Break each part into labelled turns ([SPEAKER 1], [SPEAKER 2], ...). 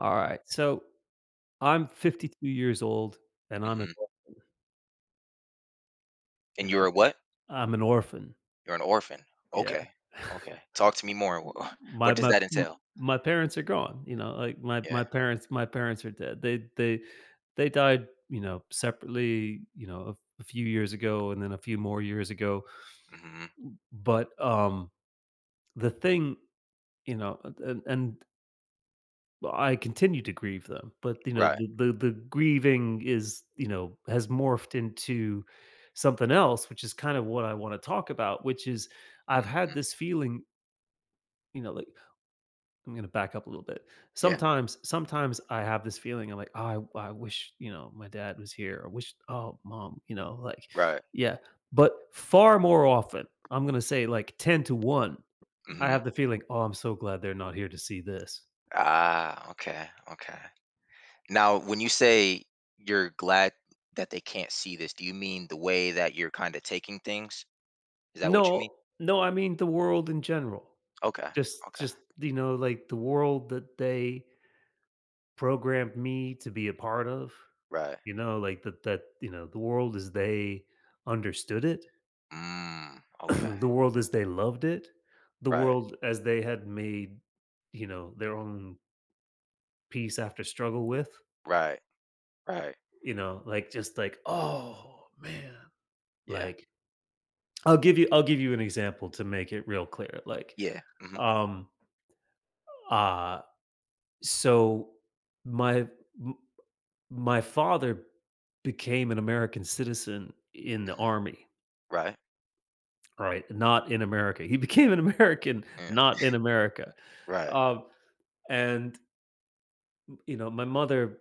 [SPEAKER 1] Alright, so I'm 52 years old and I'm an
[SPEAKER 2] Mhm.
[SPEAKER 1] or you
[SPEAKER 2] And
[SPEAKER 1] know,
[SPEAKER 2] you're a what?
[SPEAKER 1] I'm an orphan,
[SPEAKER 2] You're an orphan.
[SPEAKER 1] yeah.
[SPEAKER 2] Okay. Okay. Talk to me more. Wha What
[SPEAKER 1] My
[SPEAKER 2] does
[SPEAKER 1] my
[SPEAKER 2] that
[SPEAKER 1] m
[SPEAKER 2] entail?
[SPEAKER 1] my parents are gone, like, my
[SPEAKER 2] Yeah.
[SPEAKER 1] my parents my parents are dead. They died, separately, a few years ago and then a few more years ago,
[SPEAKER 2] Mhm.
[SPEAKER 1] but, the thing, you know, and well, I continue to grieve them, but,
[SPEAKER 2] Right.
[SPEAKER 1] the grieving has morphed into something else, which is kind of what I wanna talk about, which is I've had
[SPEAKER 2] Mhm.
[SPEAKER 1] this feeling, like I'm gonna back up a little bit.
[SPEAKER 2] Yeah.
[SPEAKER 1] Sometimes I have this feeling, I'm like, "Oh, I wish, my dad was here. I wish, oh, mom,"
[SPEAKER 2] Right.
[SPEAKER 1] yeah. But far more often, I'm gonna say, like, 10 to 1, I
[SPEAKER 2] Mhm.
[SPEAKER 1] have the feeling, "Oh, I'm so glad they're not here to see this."
[SPEAKER 2] Ah, okay. Okay. Now, when you say you're glad that they can't see this, do you mean the way that you're kinda taking things? Is that what you mean?
[SPEAKER 1] No, no, I mean the world in general.
[SPEAKER 2] Okay.
[SPEAKER 1] Just
[SPEAKER 2] Okay.
[SPEAKER 1] just, like the world that they programmed me to be a part of,
[SPEAKER 2] Right.
[SPEAKER 1] like that, the world as they understood it,
[SPEAKER 2] Mm, okay.
[SPEAKER 1] the world as they loved it, the
[SPEAKER 2] Right.
[SPEAKER 1] world as they had made, their own peace after struggle with,
[SPEAKER 2] Right. Right.
[SPEAKER 1] like just like, "Oh, man."
[SPEAKER 2] Yeah.
[SPEAKER 1] Like I'll give you an example to make it real clear.
[SPEAKER 2] Yeah. Mhm.
[SPEAKER 1] Um, uh So, my m my father became an American citizen in the
[SPEAKER 2] Mhm.
[SPEAKER 1] Army,
[SPEAKER 2] Right.
[SPEAKER 1] right? Not in America. He became an American,
[SPEAKER 2] Yeah.
[SPEAKER 1] not in America.
[SPEAKER 2] Right.
[SPEAKER 1] Um, and, my mother,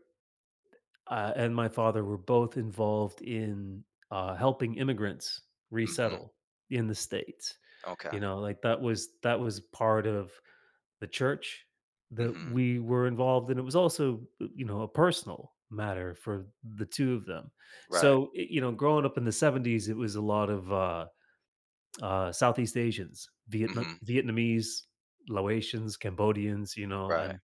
[SPEAKER 1] and my father were both involved in, helping immigrants
[SPEAKER 2] Mhm.
[SPEAKER 1] resettle in the States.
[SPEAKER 2] Okay.
[SPEAKER 1] That was part of the church that
[SPEAKER 2] Mhm.
[SPEAKER 1] we were involved in. It was also, a personal matter for the two of them.
[SPEAKER 2] Right.
[SPEAKER 1] So, growing up in the 70s, it was a lot of Southeast Asians,
[SPEAKER 2] Mhm.
[SPEAKER 1] Vietnamese, Laotians, Cambodians,
[SPEAKER 2] Right.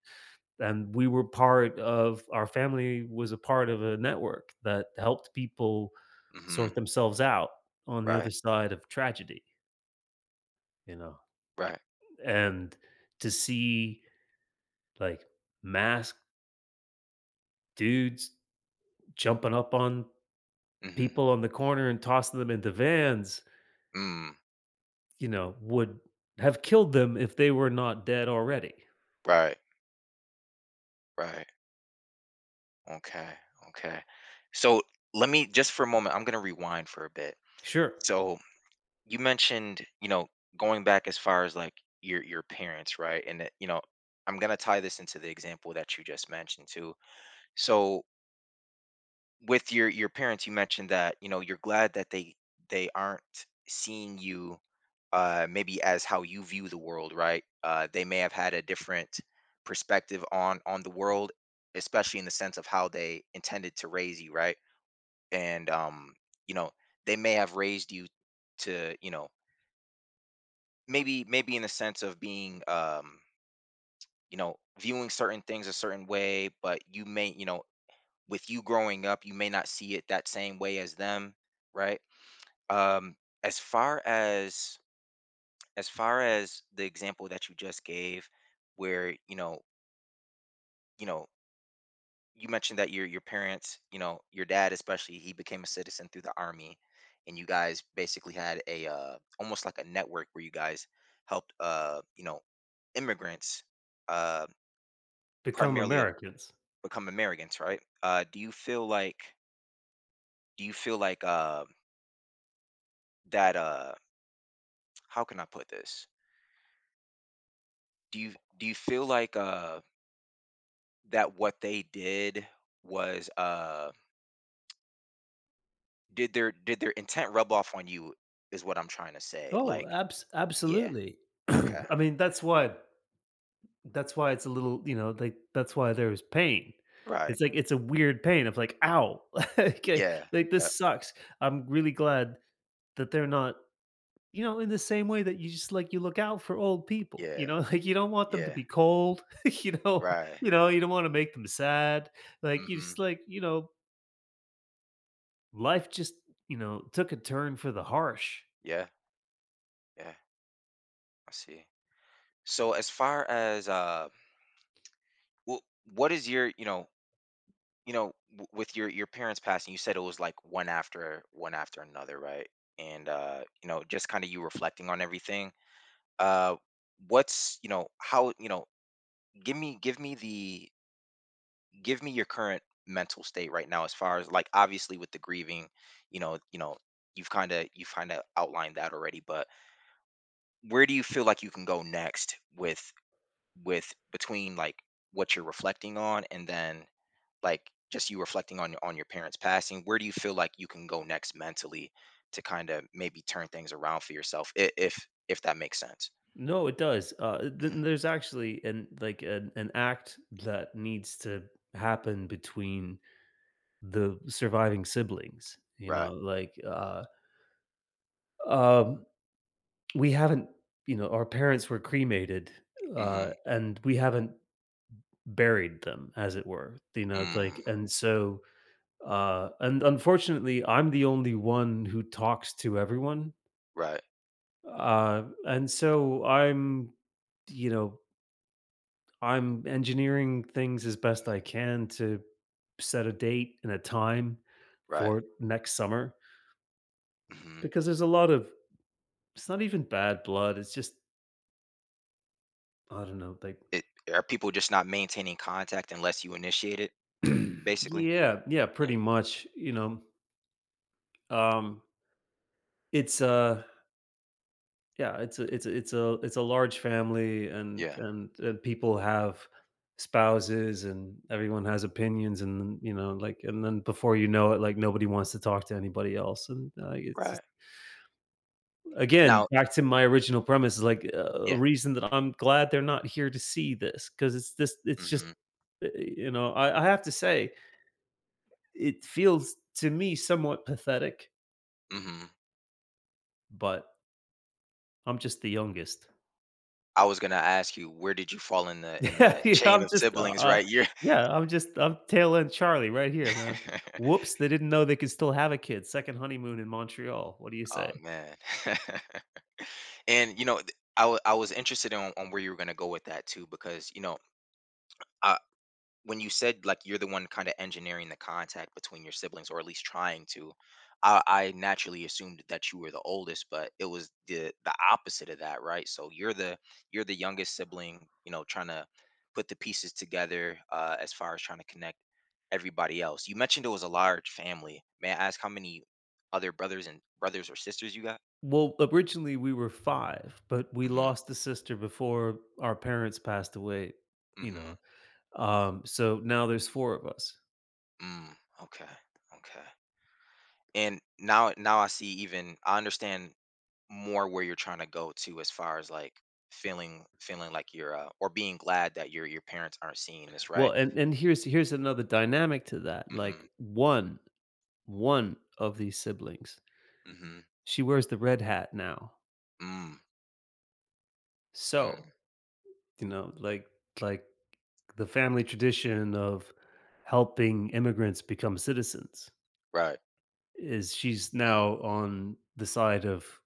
[SPEAKER 1] and we were part of our family was a part of a network that helped people
[SPEAKER 2] Mhm.
[SPEAKER 1] sort themselves out on the other
[SPEAKER 2] Right.
[SPEAKER 1] side of tragedy, you know.
[SPEAKER 2] Right.
[SPEAKER 1] And to see like mass dudes jumping up on
[SPEAKER 2] Mhm.
[SPEAKER 1] people on the corner and tossing them into vans,
[SPEAKER 2] Mm.
[SPEAKER 1] would have killed them if they were not dead already.
[SPEAKER 2] Right. Right. Okay. Okay. So let me just for a moment, I'm gonna rewind for a bit.
[SPEAKER 1] Sure,
[SPEAKER 2] So you mentioned, going back as far as like your parents, right? And that, I'm gonna tie this into the example that you just mentioned too. So with your parents, you mentioned that, you're glad that they aren't seeing you maybe as how you view the world, right? They may have had a different perspective on the world, especially in the sense of how they intended to raise you, right? And you know, they may have raised you to, maybe in the sense of being viewing certain things a certain way, but you may, with you growing up, you may not see it that same way as them, right? Um, as far as the example that you just gave, where you know, you mentioned that your parents, your dad especially, he became a citizen through the army, and you guys basically had a almost like a network where you guys helped, immigrants, uh,
[SPEAKER 1] become
[SPEAKER 2] primarily
[SPEAKER 1] Americans.
[SPEAKER 2] become Americans, right? Do you feel like do you feel like uh, that? How can I put this? Do you feel like that what they did was, did their intent rub off on you, is what I'm trying to say,
[SPEAKER 1] Oh,
[SPEAKER 2] like yeah,
[SPEAKER 1] absolutely.
[SPEAKER 2] okay, okay.
[SPEAKER 1] I mean, that's why it's a little, like that's why there's pain.
[SPEAKER 2] Right.
[SPEAKER 1] It's like it's a weird pain of like, ow, okay,
[SPEAKER 2] Yeah,
[SPEAKER 1] like
[SPEAKER 2] yep,
[SPEAKER 1] this sucks. I'm really glad that they're not. In the same way that you just like you look out for old people,
[SPEAKER 2] yeah,
[SPEAKER 1] like you don't want them to
[SPEAKER 2] yeah,
[SPEAKER 1] be cold,
[SPEAKER 2] right.
[SPEAKER 1] you don't want to make them sad.
[SPEAKER 2] Mm.
[SPEAKER 1] Like you just
[SPEAKER 2] Mhm.
[SPEAKER 1] like, life just, took a turn for the harsh.
[SPEAKER 2] Yeah, yeah, I see. So as far as, wh what is your w with your parents passing, you said it was, like, one after one after another, right? And, just kinda you reflecting on everything, uh, what's you know, how you know, give me give me the give me your current mental state right now as far as like obviously with the grieving you know you know you've kind of outlined that already but where do you feel like you can go next with between like what you're reflecting on and then like just you reflecting on your parents passing where do you feel like you can go next mentally to kind of maybe turn things around for yourself if that makes sense.
[SPEAKER 1] No, it does.
[SPEAKER 2] Mhm.
[SPEAKER 1] There's actually an act that needs to happen between the surviving siblings.
[SPEAKER 2] Right.
[SPEAKER 1] Um, we haven't. Our parents were cremated,
[SPEAKER 2] Hmm.
[SPEAKER 1] and we haven't buried them, as it were, like
[SPEAKER 2] Mm.
[SPEAKER 1] and so, and unfortunately, I'm the only one who talks to everyone,
[SPEAKER 2] Right.
[SPEAKER 1] and so you know, I'm engineering things as best I can to set a date and a time
[SPEAKER 2] Right.
[SPEAKER 1] for next summer
[SPEAKER 2] Hmm.
[SPEAKER 1] because there's a lot of it's not even bad blood, it's just, I don't know, like.
[SPEAKER 2] It Are people just not maintaining contact unless you initiate it, basically?
[SPEAKER 1] Yeah, yeah,
[SPEAKER 2] Yeah.
[SPEAKER 1] pretty much, um, it's, uh yeah, it's a large family and
[SPEAKER 2] Yeah.
[SPEAKER 1] and people have spouses and everyone has opinions, and like, and then before you know it, like, nobody wants to talk to anybody else, and it's just,
[SPEAKER 2] Right.
[SPEAKER 1] again,
[SPEAKER 2] Now,
[SPEAKER 1] back to my original premise, is like a
[SPEAKER 2] yeah.
[SPEAKER 1] reason that I'm glad they're not here to see this, because
[SPEAKER 2] Mm.
[SPEAKER 1] it's just,
[SPEAKER 2] Mhm.
[SPEAKER 1] I have to say, it feels to me somewhat pathetic,
[SPEAKER 2] Mm. Mhm.
[SPEAKER 1] but I'm just the youngest.
[SPEAKER 2] I was gonna ask you, where did you fall in the
[SPEAKER 1] Yeah, yeah,
[SPEAKER 2] chain
[SPEAKER 1] I'm
[SPEAKER 2] of
[SPEAKER 1] just,
[SPEAKER 2] siblings, right? You're
[SPEAKER 1] yeah, I'm tail end Charlie right here, man. Whoops, they didn't know they could still have a kid. Second honeymoon in Montreal. What do you
[SPEAKER 2] Oh,
[SPEAKER 1] say?
[SPEAKER 2] man. And, th I wa I was interested in on where you were gonna go with that too because, I when you said like you're the one kind of engineering the contact between your siblings or at least trying to. I naturally assumed that you were the oldest but it was the opposite of that, right? So you're the youngest sibling, you know, trying to put the pieces together, as far as trying to connect everybody else. You mentioned it was a large family. May I ask how many other brothers or sisters you got?
[SPEAKER 1] Well, originally we were 5, but we
[SPEAKER 2] Mm-hmm.
[SPEAKER 1] lost a sister before our parents passed away, you
[SPEAKER 2] Mm-hmm.
[SPEAKER 1] know, so now there's 4 of us.
[SPEAKER 2] Mm, okay. Okay. And now I see, even I understand more where you're trying to go to as far as like feeling like you're or being glad that your parents aren't seeing this,
[SPEAKER 1] Well,
[SPEAKER 2] right?
[SPEAKER 1] and here's another dynamic to that,
[SPEAKER 2] Mm-hmm.
[SPEAKER 1] like, one of these siblings,
[SPEAKER 2] Mm-hmm.
[SPEAKER 1] she wears the red hat now.
[SPEAKER 2] Mm.
[SPEAKER 1] So,
[SPEAKER 2] Mm.
[SPEAKER 1] you know, like like the family tradition of helping immigrants become citizens
[SPEAKER 2] Right.
[SPEAKER 1] is she's now on the side of,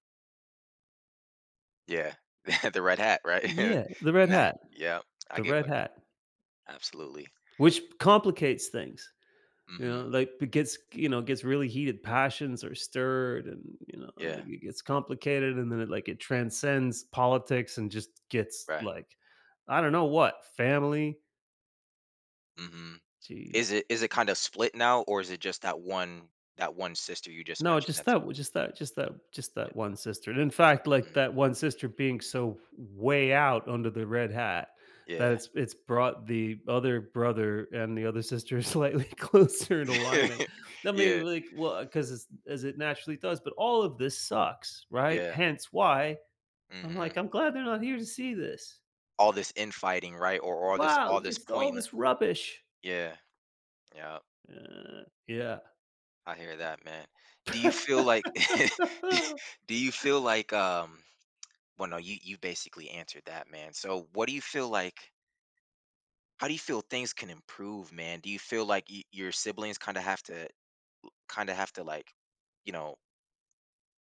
[SPEAKER 2] Yeah. The red hat, right?
[SPEAKER 1] yeah, the red
[SPEAKER 2] Nah,
[SPEAKER 1] hat,
[SPEAKER 2] yeah, I
[SPEAKER 1] the
[SPEAKER 2] get
[SPEAKER 1] red
[SPEAKER 2] what
[SPEAKER 1] hat,
[SPEAKER 2] absolutely.
[SPEAKER 1] which complicates things.
[SPEAKER 2] Mm-hmm.
[SPEAKER 1] Like, it gets you know gets really heated, passions are stirred, and like,
[SPEAKER 2] Yeah.
[SPEAKER 1] it gets complicated, and then it like it transcends politics and just gets
[SPEAKER 2] Right.
[SPEAKER 1] like, I don't know what family.
[SPEAKER 2] Mm-hmm.
[SPEAKER 1] Jeez.
[SPEAKER 2] Is it kind of split now or is it just that one, sister you just
[SPEAKER 1] No,
[SPEAKER 2] mentioned
[SPEAKER 1] just that just that just that just
[SPEAKER 2] j-
[SPEAKER 1] that one sister, and in fact, like,
[SPEAKER 2] mm,
[SPEAKER 1] that one sister being so way out under the red hat that
[SPEAKER 2] yeah.
[SPEAKER 1] it's brought the other brother and the other sister slightly closer in alignment. I mean,
[SPEAKER 2] Yeah,
[SPEAKER 1] like, well, because as it naturally does, but all of this sucks, right?
[SPEAKER 2] yeah.
[SPEAKER 1] Hence why I'm
[SPEAKER 2] Mm-hmm.
[SPEAKER 1] like, "I'm glad they're not here to see this.
[SPEAKER 2] All this infighting, right? Or all
[SPEAKER 1] Wow,
[SPEAKER 2] this
[SPEAKER 1] just all
[SPEAKER 2] point.
[SPEAKER 1] this rubbish."
[SPEAKER 2] Yeah. Yeah,
[SPEAKER 1] Yeah.
[SPEAKER 2] I hear that, man. Do you feel like do do you feel like well, no, you basically answered that, man. So what do you feel like how do you feel things can improve, man? Do you feel like y your siblings kind of have to like, you know,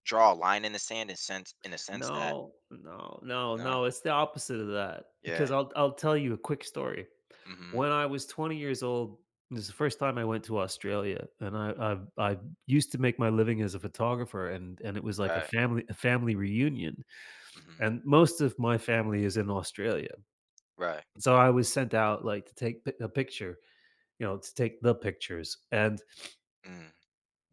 [SPEAKER 2] draw a line in the sand in a sense that
[SPEAKER 1] No, no, no,
[SPEAKER 2] no?
[SPEAKER 1] no. It's the opposite of that, because
[SPEAKER 2] Yeah.
[SPEAKER 1] I'll tell you a quick story.
[SPEAKER 2] Mhm.
[SPEAKER 1] When I was 20 years old, this is the first time I went to Australia, and I used to make my living as a photographer, and it was like
[SPEAKER 2] Right.
[SPEAKER 1] a family reunion,
[SPEAKER 2] Mhm.
[SPEAKER 1] and most of my family is in Australia,
[SPEAKER 2] Right.
[SPEAKER 1] so I was sent out like to take a picture, to take the pictures, and
[SPEAKER 2] Mm.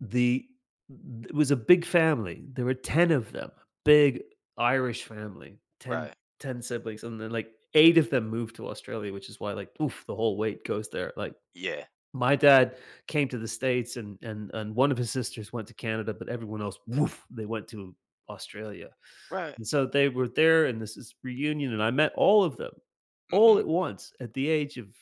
[SPEAKER 1] The it was a big family. There were 10 of them, big Irish family, Ten
[SPEAKER 2] Right.
[SPEAKER 1] ten siblings, and then like eight of them moved to Australia, which is why, like, oof, the whole weight goes there. Like,
[SPEAKER 2] Yeah.
[SPEAKER 1] my dad came to the States, and and one of his sisters went to Canada, but everyone else, woof, they went to Australia.
[SPEAKER 2] Right.
[SPEAKER 1] And so they were there in this reunion, and I met all of them all
[SPEAKER 2] Mhm.
[SPEAKER 1] at once at the age of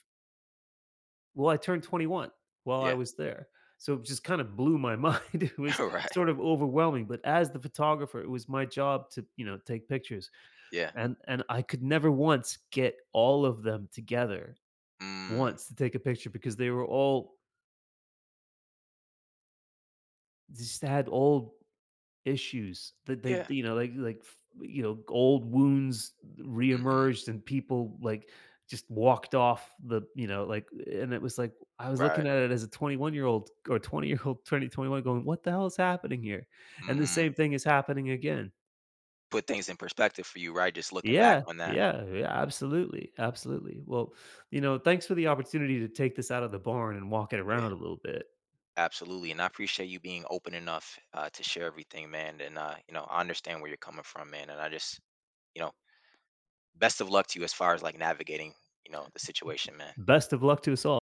[SPEAKER 1] well, I turned 21 while I
[SPEAKER 2] Yeah.
[SPEAKER 1] was there. So it just kind of blew my mind. It was
[SPEAKER 2] Right.
[SPEAKER 1] sort of overwhelming, but as the photographer, it was my job to, take pictures.
[SPEAKER 2] Yeah.
[SPEAKER 1] And I could never once get all of them together
[SPEAKER 2] Mm.
[SPEAKER 1] once to take a picture, because they were all just had all. Issues that they,
[SPEAKER 2] Yeah.
[SPEAKER 1] like, old wounds
[SPEAKER 2] Mhm.
[SPEAKER 1] reemerged, and people, like, just walked off the you know, like and it was like, I was looking
[SPEAKER 2] Right.
[SPEAKER 1] at it as a 21-year-old, or 20-year-old, 21, going, "What the hell is happening here?" And the
[SPEAKER 2] Mhm.
[SPEAKER 1] same thing is happening again.
[SPEAKER 2] Put things in perspective for you, right? Just looking back
[SPEAKER 1] Yeah,
[SPEAKER 2] on that.
[SPEAKER 1] yeah, yeah, absolutely, absolutely. Well, thanks for the opportunity to take this out of the barn and walk it
[SPEAKER 2] Yeah,
[SPEAKER 1] around a little bit.
[SPEAKER 2] absolutely. And I appreciate you being open enough, to share everything, man. And I understand where you're coming from, man. And I just, you know, best of luck to you as far as like navigating, the situation, man.
[SPEAKER 1] Best of luck to us all.